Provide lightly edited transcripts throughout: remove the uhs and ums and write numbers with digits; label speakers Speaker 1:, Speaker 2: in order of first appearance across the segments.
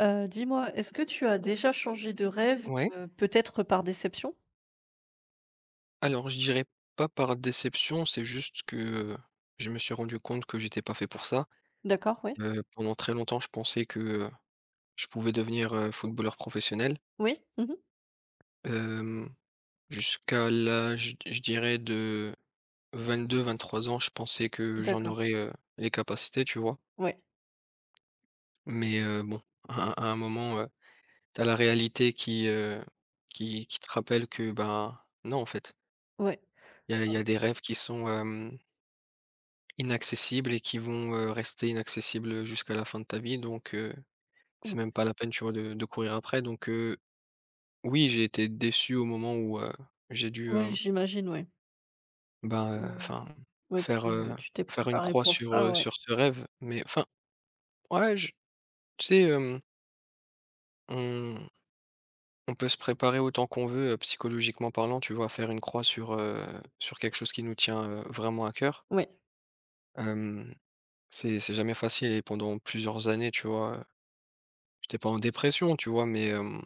Speaker 1: Dis-moi, est-ce que tu as déjà changé de rêve,
Speaker 2: Ouais.
Speaker 1: peut-être par déception?
Speaker 2: Alors je dirais pas par déception, c'est juste que, heu, je me suis rendu compte que j'étais pas fait pour ça.
Speaker 1: D'accord, oui.
Speaker 2: Pendant très longtemps, je pensais que, je pouvais devenir, footballeur professionnel.
Speaker 1: Oui, mmh.
Speaker 2: Hem, Jusqu'à l'âge, je dirais de 22-23 ans, je pensais que j'en
Speaker 1: D'accord,
Speaker 2: aurais, les capacités, tu vois?
Speaker 1: oui,
Speaker 2: Mais, bon, à un moment, tu la réalité qui, qui te rappelle que, ben, non en fait.
Speaker 1: oui,
Speaker 2: Il y a des rêves qui sont, inaccessibles et qui vont, rester inaccessibles, jusqu'à la fin de ta vie donc c'est
Speaker 1: oui,
Speaker 2: même pas la peine, tu vois, de courir après donc oui, j'ai été déçu au moment où, j'ai dû,
Speaker 1: ouais, j'imagine, oui.
Speaker 2: ben,
Speaker 1: Mmh,
Speaker 2: enfin,
Speaker 1: ouais,
Speaker 2: faire,
Speaker 1: tu
Speaker 2: heu,
Speaker 1: tu t'es
Speaker 2: faire une
Speaker 1: préparé
Speaker 2: croix
Speaker 1: pour
Speaker 2: sur,
Speaker 1: ça, ouais.
Speaker 2: sur ce rêve mais enfin, ouais, je tu sais, on on peut se préparer autant qu'on veut, psychologiquement parlant, tu vois, à faire une croix sur, sur quelque chose qui nous tient, vraiment à cœur.
Speaker 1: Oui,
Speaker 2: Hem, c'est jamais facile et pendant plusieurs années, tu vois, j'étais pas en dépression, tu vois? Mais,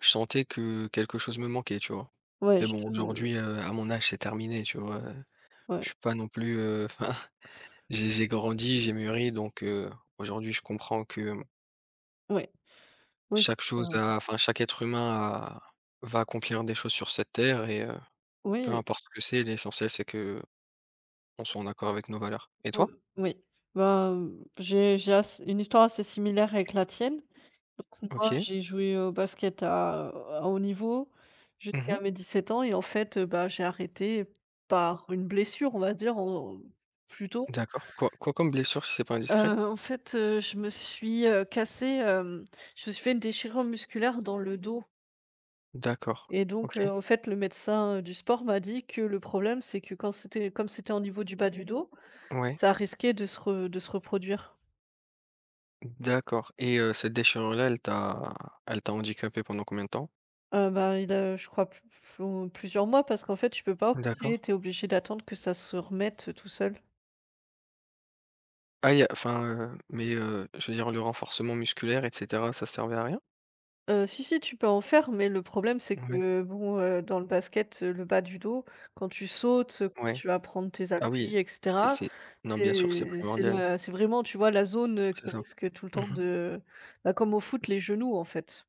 Speaker 2: je sentais que quelque chose me manquait, tu vois?
Speaker 1: ouais,
Speaker 2: Mais
Speaker 1: je
Speaker 2: bon,
Speaker 1: te
Speaker 2: aujourd'hui, à mon âge, c'est terminé, tu vois?
Speaker 1: ouais,
Speaker 2: Je suis pas non plus, enfin, j'ai grandi, j'ai mûri, donc, aujourd'hui, je comprends que,
Speaker 1: ouais, ouais, tu
Speaker 2: chaque
Speaker 1: te
Speaker 2: chose a enfin, chaque être humain a va accomplir des choses sur cette terre et peu
Speaker 1: oui,
Speaker 2: importe ce que c'est, l'essentiel, c'est que on soit en accord avec nos valeurs. Et
Speaker 1: oui,
Speaker 2: toi?
Speaker 1: oui. Ben, j'ai ass une histoire assez similaire avec la tienne. Donc moi,
Speaker 2: OK.
Speaker 1: j'ai joué au basket à haut niveau
Speaker 2: Mmh.
Speaker 1: jusqu'à mes 17 ans et en fait, bah, j'ai arrêté par une blessure, on va dire, en plutôt.
Speaker 2: D'accord. Quoi comme blessure, si c'est pas
Speaker 1: Heu,
Speaker 2: indiscret?
Speaker 1: En fait, je me suis, cassée, je me suis fait une déchirure musculaire dans le dos.
Speaker 2: D'accord.
Speaker 1: Et donc,
Speaker 2: OK.
Speaker 1: en fait, le médecin, du sport m'a dit que le problème, c'est que quand c'était comme c'était au niveau du bas du dos,
Speaker 2: Ouais.
Speaker 1: ça risquait de se re de se reproduire.
Speaker 2: D'accord. Et cette déchirure-là, elle t'a handicapé pendant combien de temps?
Speaker 1: Bah, il a, je crois, plusieurs mois parce qu'en fait, tu peux pas tu
Speaker 2: D'accord.
Speaker 1: es obligé d'attendre que ça se remette, tout seul.
Speaker 2: Ah y a enfin, mais je veux dire le renforcement musculaire et cetera, ça servait à rien?
Speaker 1: Si, si, tu peux en faire, mais le problème, c'est
Speaker 2: Ouais,
Speaker 1: que bon, dans le basket, le bas du dos, quand tu sautes,
Speaker 2: ouais.
Speaker 1: tu vas prendre tes
Speaker 2: Ah oui,
Speaker 1: appuis et cetera.
Speaker 2: c'est non, bien sûr, c'est
Speaker 1: C'est
Speaker 2: primordial,
Speaker 1: la c'est vraiment, tu vois, la zone,
Speaker 2: c'est
Speaker 1: qui
Speaker 2: ça.
Speaker 1: risque tout le temps
Speaker 2: Mmh.
Speaker 1: de bah, comme au foot, les genoux, en fait.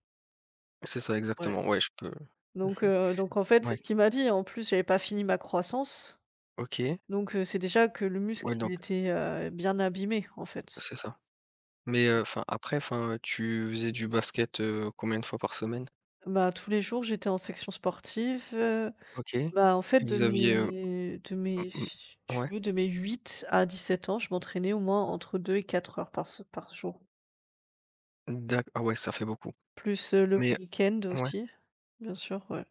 Speaker 2: C'est ça
Speaker 1: Ouais.
Speaker 2: exactement, ouais, je peux
Speaker 1: Donc, donc en fait, c'est
Speaker 2: ouais,
Speaker 1: ce qu'il m'a dit. En plus, j'avais pas fini ma croissance,
Speaker 2: OK,
Speaker 1: donc, c'est déjà que le muscle,
Speaker 2: ouais,
Speaker 1: il
Speaker 2: donc
Speaker 1: était, bien abîmé, en fait.
Speaker 2: c'est ça. Mais enfin, après, enfin, tu faisais du basket, combien de fois par semaine?
Speaker 1: Bah, tous les jours, j'étais en section sportive,
Speaker 2: OK. Et
Speaker 1: bah, en fait,
Speaker 2: vous aviez,
Speaker 1: de mes
Speaker 2: mmh,
Speaker 1: si
Speaker 2: mh,
Speaker 1: tu
Speaker 2: ouais,
Speaker 1: veux, de mes 8 à 17 ans, je m'entraînais au moins entre 2 et 4 heures par jour.
Speaker 2: d'acc ah ouais, ça fait beaucoup
Speaker 1: Plus, le
Speaker 2: mais
Speaker 1: week-end
Speaker 2: ouais.
Speaker 1: aussi, bien sûr, ouais.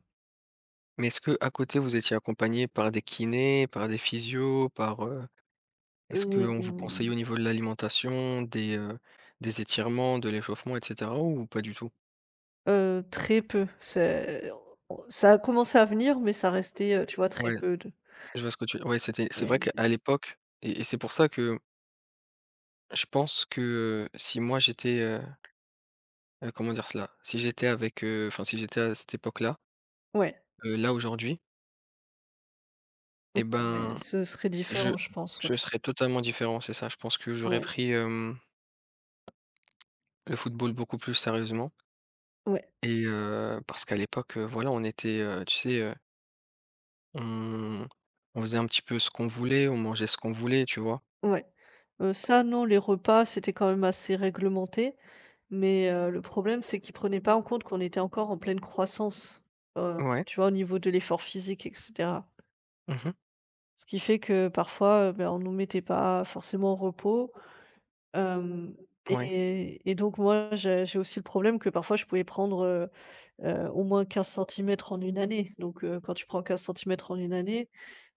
Speaker 2: Mais est-ce que à côté, vous étiez accompagné par des kinés, par des physios, par, est-ce qu'on vous conseille
Speaker 1: Hem,
Speaker 2: au niveau de l'alimentation, des étirements, de l'échauffement et cetera ou pas du tout?
Speaker 1: Très peu, c'est ça a commencé à venir, mais ça restait, tu vois, très
Speaker 2: Ouais,
Speaker 1: peu de
Speaker 2: je vois ce que tu ouais, c'est vrai
Speaker 1: et
Speaker 2: qu'à l'époque et c'est pour ça que je pense que, si moi j'étais, comment dire cela? Si j'étais avec, enfin si j'étais à cette époque-là,
Speaker 1: ouais,
Speaker 2: là aujourd'hui et
Speaker 1: ouais,
Speaker 2: ben,
Speaker 1: ce serait
Speaker 2: je
Speaker 1: différent, je pense, ouais.
Speaker 2: je serais totalement différent, c'est ça. Je pense que j'aurais
Speaker 1: Ouais,
Speaker 2: pris, le football beaucoup plus sérieusement.
Speaker 1: ouais,
Speaker 2: Et parce qu'à l'époque, voilà, on était, tu sais, on on faisait un petit peu ce qu'on voulait, on mangeait ce qu'on voulait, tu vois?
Speaker 1: ouais. Ça, non, les repas, c'était quand même assez réglementé. Mais, le problème, c'est qu'ils prenaient pas en compte qu'on était encore en pleine croissance,
Speaker 2: Ouais.
Speaker 1: tu vois, au niveau de l'effort physique et cetera.
Speaker 2: Mmh.
Speaker 1: Ce qui fait que parfois, ben, on nous mettait pas forcément au repos. Hem
Speaker 2: Ouais,
Speaker 1: Et donc moi, j'ai aussi le problème que parfois je pouvais prendre, au moins 15 centimètres en une année. Donc, quand tu prends 15 centimètres en une année,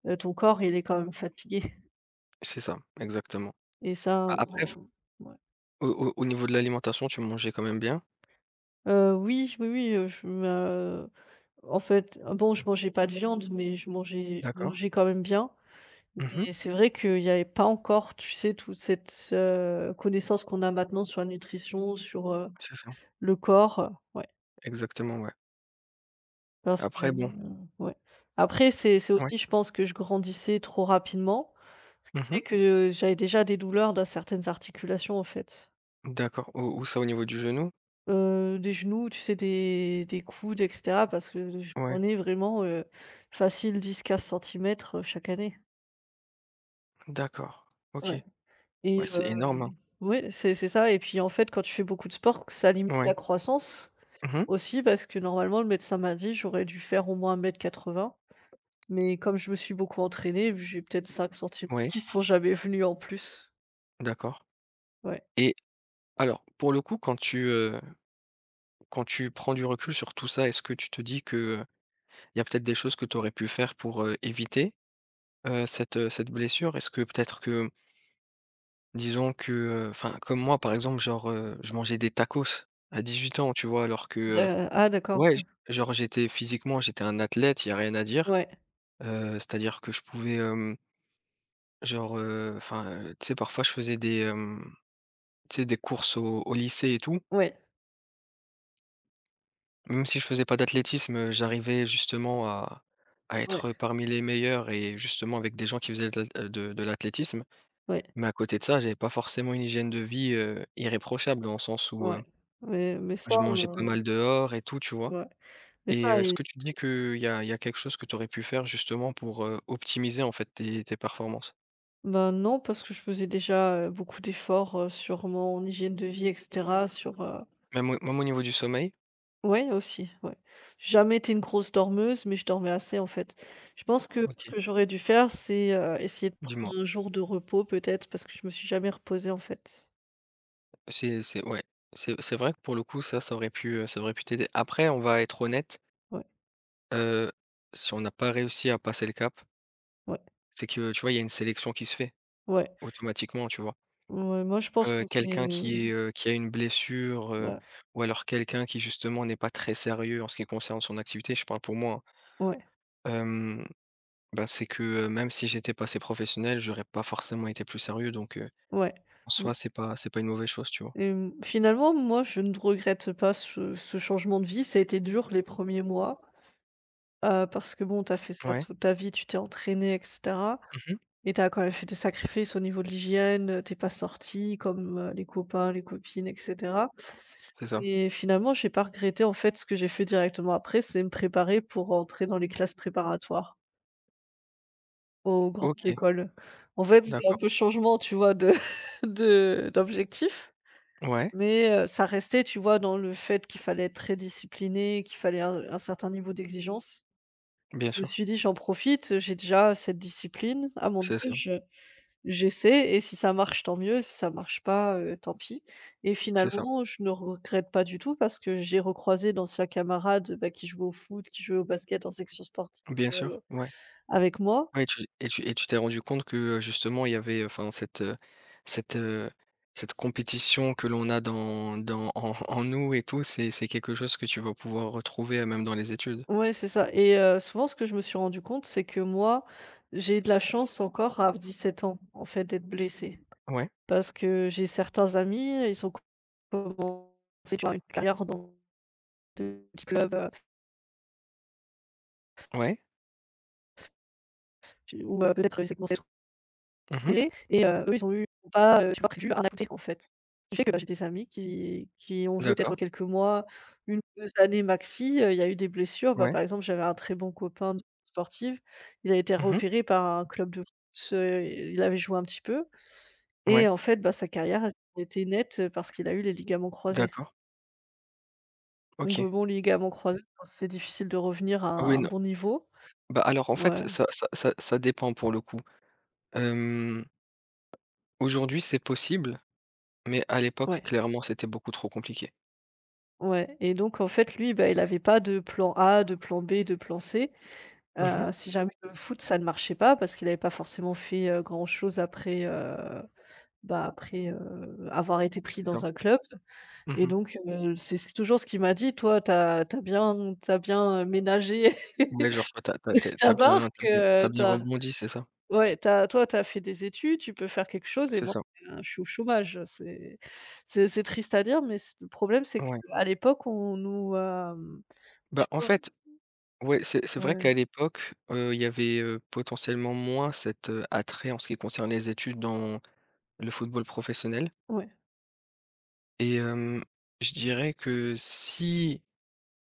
Speaker 1: ton corps, il est quand même fatigué
Speaker 2: c'est ça, exactement.
Speaker 1: et ça,
Speaker 2: A après f
Speaker 1: on ouais.
Speaker 2: Au niveau de l'alimentation, tu mangeais quand même bien.
Speaker 1: Oui, oui, oui, je me En fait, ah bon, je mangeais pas de viande, mais je mangeais je
Speaker 2: D'accord.
Speaker 1: mangeais quand même bien.
Speaker 2: Mmh.
Speaker 1: Mais c'est vrai qu'il n'y avait pas encore, tu sais, toute cette, connaissance qu'on a maintenant sur la nutrition, sur,
Speaker 2: C'est ça,
Speaker 1: le corps, ouais.
Speaker 2: exactement, ouais.
Speaker 1: Parce que
Speaker 2: Après bon
Speaker 1: ouais. Après, c'est
Speaker 2: ouais.
Speaker 1: aussi, je pense, que je grandissais trop rapidement et
Speaker 2: Mmh.
Speaker 1: que j'avais déjà des douleurs dans certaines articulations, en fait.
Speaker 2: D'accord. Ou Où ça, au niveau du genou?
Speaker 1: Des genoux, tu sais, des coudes et cetera parce que je
Speaker 2: Ouais,
Speaker 1: prenais vraiment, facile 10 15 centimètres, chaque année.
Speaker 2: d'accord. OK.
Speaker 1: Ouais.
Speaker 2: Ouais,
Speaker 1: Et,
Speaker 2: c'est énorme, hein.
Speaker 1: ouais, c'est ça et puis, en fait, quand tu fais beaucoup de sport, ça limite
Speaker 2: Ouais.
Speaker 1: ta croissance
Speaker 2: Mmh.
Speaker 1: aussi parce que normalement le médecin m'a dit: «J'aurais dû faire au moins un mètre quatre-vingts. Mais comme je me suis beaucoup entraînée, j'ai peut-être 5 centimètres
Speaker 2: Ouais,
Speaker 1: qui sont jamais venus en plus.»
Speaker 2: d'accord.
Speaker 1: Ouais.
Speaker 2: Et alors, pour le coup, quand tu prends du recul sur tout ça, est-ce que tu te dis que, il y a peut-être des choses que tu aurais pu faire pour, éviter, cette blessure? Est-ce que peut-être que disons que, enfin comme moi par exemple genre, je mangeais des tacos à 18 ans, tu vois? Alors que,
Speaker 1: D Ah, d'accord.
Speaker 2: ouais j genre j'étais un athlète, il y a rien à dire,
Speaker 1: Ouais,
Speaker 2: c'est-à-dire que je pouvais, genre, enfin, tu sais parfois je faisais des, tu sais des courses au lycée et tout.
Speaker 1: ouais,
Speaker 2: Même si je faisais pas d'athlétisme, j'arrivais justement à
Speaker 1: ouais,
Speaker 2: être parmi les meilleurs et justement avec des gens qui faisaient de l'athlétisme.
Speaker 1: ouais,
Speaker 2: Mais à côté de ça, j'avais pas forcément une hygiène de vie, irréprochable dans le sens où,
Speaker 1: ouais. Mais ça,
Speaker 2: je mangeais pas mal dehors et tout, tu vois?
Speaker 1: ouais, mais ça
Speaker 2: Et est-ce
Speaker 1: et
Speaker 2: que tu dis qu'il y a quelque chose que tu aurais pu faire justement pour, optimiser en fait tes performances?
Speaker 1: ben non, parce que je faisais déjà, beaucoup d'efforts, sur mon hygiène de vie et cetera, sur,
Speaker 2: Même au niveau du sommeil?
Speaker 1: Ouais, aussi, ouais. J'ai jamais été une grosse dormeuse, mais je dormais assez, en fait. Je pense que ce
Speaker 2: OK,
Speaker 1: que j'aurais dû faire, c'est, essayer de
Speaker 2: dis-moi.
Speaker 1: prendre un jour de repos peut-être parce que je me suis jamais reposée, en fait.
Speaker 2: C'est Ouais, c'est vrai que pour le coup ça, ça aurait pu t'aider. Après on va être honnête.
Speaker 1: Ouais,
Speaker 2: Heu, Si on n'a pas réussi à passer le cap,
Speaker 1: ouais,
Speaker 2: c'est que, tu vois, il y a une sélection qui se fait
Speaker 1: ouais.
Speaker 2: automatiquement, tu vois?
Speaker 1: Ouais, moi je pense que c'est
Speaker 2: Quelqu'un qui est, qui a une blessure,
Speaker 1: ouais,
Speaker 2: ou alors quelqu'un qui justement n'est pas très sérieux en ce qui concerne son activité, je parle pour moi, hein.
Speaker 1: ouais,
Speaker 2: Hem, bah, c'est que, même si j'étais passé professionnel, j'aurais pas forcément été plus sérieux donc
Speaker 1: ouais.
Speaker 2: en
Speaker 1: Mmh.
Speaker 2: soi, c'est pas une mauvaise chose, tu vois?
Speaker 1: Et, finalement, moi, je ne regrette pas ce changement de vie. Ça a été dur les premiers mois, parce que bon, t'as fait ça
Speaker 2: Ouais.
Speaker 1: toute ta vie, tu t'es entraînée etc.
Speaker 2: Mmh mh.
Speaker 1: Et t'as quand même fait des sacrifices au niveau de l'hygiène, tu pas sorti comme, les copains, les copines et cetera.
Speaker 2: C'est ça.
Speaker 1: Et finalement, j'ai pas regretté en fait ce que j'ai fait directement après, c'est me préparer pour entrer dans les classes préparatoires aux grandes
Speaker 2: OK,
Speaker 1: écoles. En fait, c'était un
Speaker 2: d'accord.
Speaker 1: peu changement, tu vois, de de d'objectif,
Speaker 2: Ouais,
Speaker 1: mais, ça restait, tu vois, dans le fait qu'il fallait être très discipliné, qu'il fallait un certain niveau d'exigence.
Speaker 2: bien
Speaker 1: Je me
Speaker 2: sûr.
Speaker 1: suis dit: «J'en profite, j'ai déjà cette discipline à mon
Speaker 2: C'est ça.
Speaker 1: âge». J'essaie et si ça marche, tant mieux, si ça marche pas, tant pis. Et
Speaker 2: C'est ça.
Speaker 1: finalement, je ne regrette pas du tout parce que j'ai recroisé d'anciens camarades, bah, qui jouaient au foot, qui jouaient au basket en section sportive,
Speaker 2: Bien
Speaker 1: heu,
Speaker 2: sûr, ouais.
Speaker 1: avec moi.
Speaker 2: Ouais, tu t'es rendu compte que, justement il y avait, enfin cette, cette, heu, cette compétition que l'on a dans en nous et tout, c'est quelque chose que tu vas pouvoir retrouver, même dans les études?
Speaker 1: Ouais, c'est ça. Et, souvent, ce que je me suis rendu compte, c'est que moi, j'ai de la chance encore à 17 ans, en fait, d'être blessée.
Speaker 2: Ouais,
Speaker 1: Parce que j'ai certains amis, ils ont commencé, tu vois, une carrière dans de petits clubs,
Speaker 2: ouais.
Speaker 1: tu ou, peut-être, ils ont commencé
Speaker 2: Mmh.
Speaker 1: repérés et, eux, ils ont eu pas, tu vois, prévu un à côté, en fait. Ce qui fait que, bah, j'ai des amis qui ont joué peut-être
Speaker 2: D'accord.
Speaker 1: quelques mois, une ou 2 années maxi, il y a eu des blessures. Bah,
Speaker 2: Ouais.
Speaker 1: par exemple, j'avais un très bon copain de sportive, il a été
Speaker 2: Mmh.
Speaker 1: repéré par un club de foot, il avait joué un petit peu et
Speaker 2: Ouais.
Speaker 1: en fait, bah, sa carrière, elle s'arrêtait net, parce qu'il a eu les ligaments croisés.
Speaker 2: D'accord.
Speaker 1: Donc,
Speaker 2: OK.
Speaker 1: bon, les ligaments croisés, je pense que c'est difficile de revenir à
Speaker 2: Ah oui,
Speaker 1: un
Speaker 2: non,
Speaker 1: bon niveau.
Speaker 2: bah, alors en fait
Speaker 1: Ouais,
Speaker 2: ça dépend pour le coup. Hem, Aujourd'hui c'est possible, mais à l'époque
Speaker 1: ouais,
Speaker 2: clairement c'était beaucoup trop compliqué.
Speaker 1: ouais. Et donc en fait, lui, bah, il n'avait pas de plan A, de plan B, de plan C.
Speaker 2: Mmh.
Speaker 1: Si jamais le foot, ça ne marchait pas parce qu'il n'avait pas forcément fait, grand-chose après, bah, après, avoir été pris
Speaker 2: C'est
Speaker 1: dans
Speaker 2: ça.
Speaker 1: un club. Et
Speaker 2: Mmh.
Speaker 1: donc, c'est toujours ce qu'il m'a dit: «Toi, t'as bien, ménagé
Speaker 2: Ouais, genre toi t'as t'as t'as as
Speaker 1: ta
Speaker 2: bien
Speaker 1: barque,
Speaker 2: t'as bien t'as
Speaker 1: tu
Speaker 2: bien rebondi, c'est ça?
Speaker 1: ouais, t'as, toi, t'as fait des études, tu peux faire quelque chose et
Speaker 2: C'est
Speaker 1: moi,
Speaker 2: ça,
Speaker 1: ben, je suis au chômage». C'est triste à dire, mais c le problème, c'est
Speaker 2: ouais.
Speaker 1: qu'à l'époque, on nous, tu
Speaker 2: Bah, en
Speaker 1: vois?
Speaker 2: fait, ouais, c'est vrai
Speaker 1: Ouais,
Speaker 2: qu'à l'époque, il y avait, potentiellement moins cet, attrait en ce qui concerne les études dans le football professionnel
Speaker 1: ouais,
Speaker 2: et je dirais que si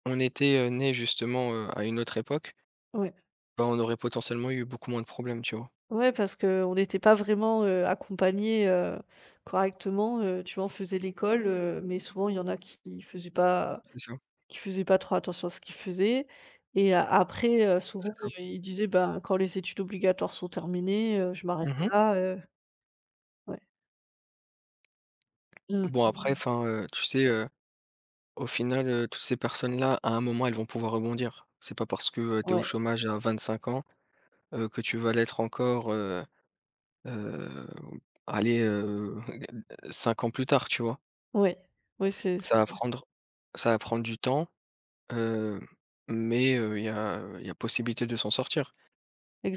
Speaker 2: on était, né justement, à une autre époque,
Speaker 1: ouais.
Speaker 2: bah, on aurait potentiellement eu beaucoup moins de problèmes, tu vois?
Speaker 1: Ouais, parce que on n'était pas vraiment, accompagnés, correctement, tu vois? On faisait l'école, mais souvent il y en a
Speaker 2: C'est ça,
Speaker 1: qui faisaient pas trop attention à ce qu'ils faisaient. Et a après,
Speaker 2: c'est
Speaker 1: souvent,
Speaker 2: ça.
Speaker 1: ils disaient: «Ben, quand les études obligatoires sont terminées, je m'arrête
Speaker 2: Mmh.
Speaker 1: là», ouais. Mmh,
Speaker 2: Bon après
Speaker 1: mh.
Speaker 2: enfin, tu sais, au final, toutes ces personnes-là, à un moment, elles vont pouvoir rebondir. C'est pas parce que, tu es au
Speaker 1: Ouais,
Speaker 2: chômage à 25 ans, que tu vas l'être encore, Heu, allez, 5 ans plus tard, tu vois?
Speaker 1: ouais. Oui, c'est
Speaker 2: Ça va prendre Ça va prendre du temps, heu, mais il y a possibilité de s'en sortir.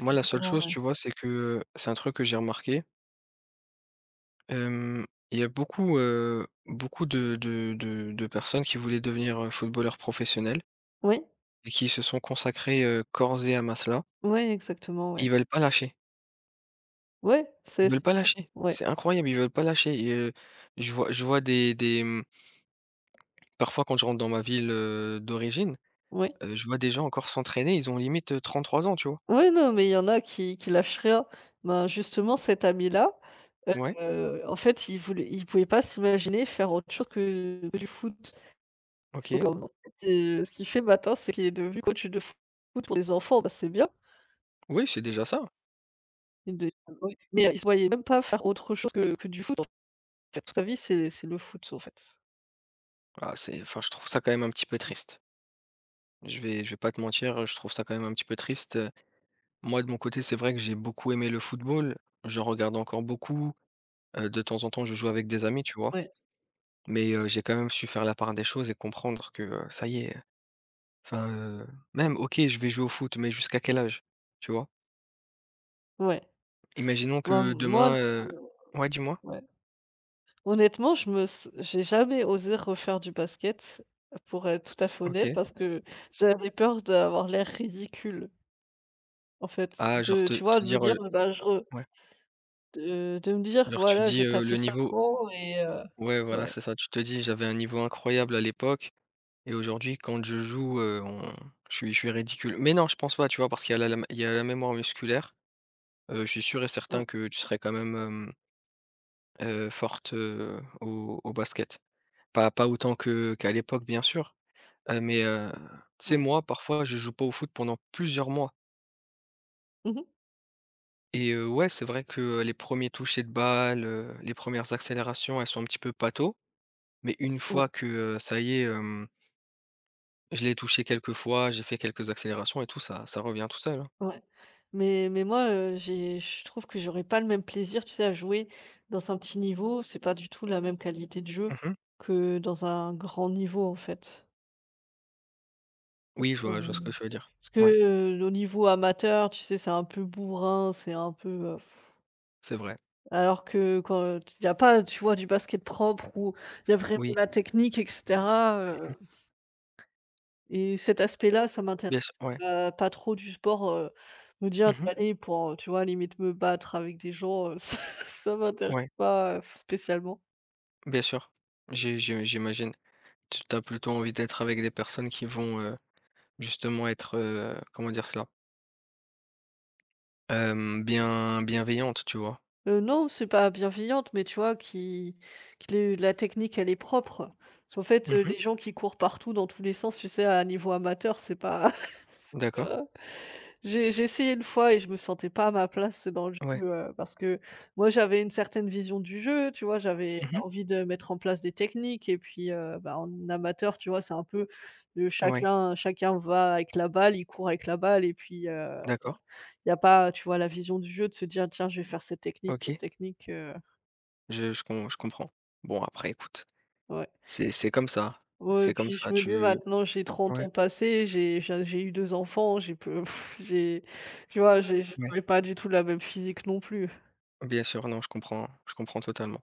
Speaker 2: Moi, la seule chose,
Speaker 1: ouais.
Speaker 2: tu vois, c'est que, c'est un truc que j'ai remarqué, hem, il y a beaucoup, beaucoup de personnes qui voulaient devenir, footballeurs professionnels
Speaker 1: Oui,
Speaker 2: et qui se sont consacrés, corps et âme à cela
Speaker 1: ouais, exactement,
Speaker 2: et
Speaker 1: ouais.
Speaker 2: ils veulent pas lâcher.
Speaker 1: Ouais,
Speaker 2: Ils
Speaker 1: c'est
Speaker 2: veulent
Speaker 1: c'est
Speaker 2: pas
Speaker 1: ça.
Speaker 2: lâcher.
Speaker 1: Ouais,
Speaker 2: C'est incroyable, ils veulent pas lâcher et je vois des, mmh Parfois, quand je rentre dans ma ville, d'origine,
Speaker 1: ouais.
Speaker 2: je vois des gens encore s'entraîner, ils ont limite, 33 ans, tu vois?
Speaker 1: Ouais, non, mais il y en a qui lâchent rien. Ben, justement, cet ami-là,
Speaker 2: Ouais,
Speaker 1: en fait, il pouvait pas s'imaginer faire autre chose que du foot. Donc,
Speaker 2: OK.
Speaker 1: en fait, ce qu'il fait maintenant, c'est qu'il est devenu coach de foot pour des enfants, bah, c'est bien.
Speaker 2: Oui, c'est déjà ça.
Speaker 1: Des Oui, mais, il se voyait même pas faire autre chose que du foot, en fait. Toute sa vie, c'est le foot, en fait.
Speaker 2: Ah, c'est enfin, je trouve ça quand même un petit peu triste. Je vais pas te mentir, je trouve ça quand même un petit peu triste. Moi, de mon côté, c'est vrai que j'ai beaucoup aimé le football. Je regarde encore beaucoup, de temps en temps, je joue avec des amis, tu vois?
Speaker 1: Ouais,
Speaker 2: Mais, j'ai quand même su faire la part des choses et comprendre que, ça y est, enfin, même OK, je vais jouer au foot, mais jusqu'à quel âge? Tu vois?
Speaker 1: ouais.
Speaker 2: Imaginons
Speaker 1: Ben,
Speaker 2: que
Speaker 1: moi,
Speaker 2: demain,
Speaker 1: heu,
Speaker 2: ouais, dis-moi?
Speaker 1: ouais. Honnêtement, je me s j'ai jamais osé refaire du basket, pour être tout à fait honnête,
Speaker 2: OK.
Speaker 1: parce que j'avais peur d'avoir l'air ridicule, en fait.
Speaker 2: Ah, genre
Speaker 1: De
Speaker 2: te
Speaker 1: Tu vois?
Speaker 2: te
Speaker 1: De me
Speaker 2: dire,
Speaker 1: dire, bah, je re
Speaker 2: ouais,
Speaker 1: de me dire
Speaker 2: genre tu
Speaker 1: voilà, je
Speaker 2: dis,
Speaker 1: tu fait
Speaker 2: le
Speaker 1: ça
Speaker 2: niveau
Speaker 1: ans et,
Speaker 2: ouais, voilà,
Speaker 1: ouais,
Speaker 2: c'est ça. Tu te dis: «J'avais un niveau incroyable à l'époque et aujourd'hui quand je joue, on je suis ridicule». Mais non, je pense pas, tu vois? Parce qu'il y a la mémoire musculaire. Je suis sûr et
Speaker 1: ouais,
Speaker 2: certain que tu serais quand même, forte, au basket. Pas autant que qu'à l'époque, bien sûr, mais, tu sais,
Speaker 1: ouais.
Speaker 2: moi, parfois, je joue pas au foot pendant plusieurs mois
Speaker 1: Mmh.
Speaker 2: et ouais, c'est vrai que, les premiers ers touchés de balle, les premières accélérations, elles sont un petit peu pâteaux. Mais une
Speaker 1: Ouais,
Speaker 2: fois que, ça y est, je l'ai touché quelques fois, j'ai fait quelques accélérations et tout, ça revient tout seul, hein.
Speaker 1: ouais. Mais moi, j'ai je trouve que j'aurais pas le même plaisir, tu sais, à jouer dans un petit niveau. C'est pas du tout la même qualité de jeu
Speaker 2: Mmh.
Speaker 1: que dans un grand niveau, en fait. Parce
Speaker 2: Oui,
Speaker 1: que
Speaker 2: je vois ce que tu veux dire.
Speaker 1: Parce que,
Speaker 2: Ouais,
Speaker 1: au niveau amateur, tu sais, c'est un peu bourrin, c'est un peu,
Speaker 2: c'est vrai.
Speaker 1: alors que quand, il y a pas, tu vois, du basket propre où il y a vraiment
Speaker 2: Oui,
Speaker 1: la technique et cetera, et cet aspect-là, ça m'intéresse,
Speaker 2: bien sûr, ouais.
Speaker 1: pas trop du sport, me dire d'y
Speaker 2: Mmh.
Speaker 1: aller pour, tu vois, limite me battre avec des gens, ça m'intéresse
Speaker 2: Ouais,
Speaker 1: pas, spécialement.
Speaker 2: bien sûr. J'imagine. Tu as plutôt envie d'être avec des personnes qui vont, justement être, comment dire cela? Hem, bien Bienveillantes, tu vois?
Speaker 1: Non, c'est pas bienveillante, mais tu vois, qui les la technique, elle est propre. Parce qu'en fait,
Speaker 2: Mmh.
Speaker 1: les gens qui courent partout dans tous les sens, tu sais, à un niveau amateur, c'est pas.
Speaker 2: D'accord.
Speaker 1: J'ai essayé une fois et je me sentais pas à ma place dans le jeu,
Speaker 2: Ouais.
Speaker 1: parce que moi j'avais une certaine vision du jeu, tu vois? J'avais
Speaker 2: Mmh.
Speaker 1: envie de mettre en place des techniques et puis, bah, en amateur, tu vois, c'est un peu,
Speaker 2: Ouais.
Speaker 1: chacun va avec la balle, il court avec la balle et puis,
Speaker 2: D'accord.
Speaker 1: il y a pas, tu vois, la vision du jeu de se dire: «Tiens, je vais faire cette
Speaker 2: OK.
Speaker 1: technique»,
Speaker 2: Je comprends. Bon après écoute,
Speaker 1: ouais.
Speaker 2: c'est comme ça,
Speaker 1: Ouais, et
Speaker 2: c'est comme
Speaker 1: puis je
Speaker 2: ça,
Speaker 1: me dis
Speaker 2: tu
Speaker 1: maintenant j'ai 30
Speaker 2: ouais.
Speaker 1: ans passés, j'ai eu 2 enfants, j'ai peu j'ai tu vois, j'ai je
Speaker 2: Ouais,
Speaker 1: n'ai pas du tout la même physique non plus.
Speaker 2: bien sûr, non, je comprends totalement.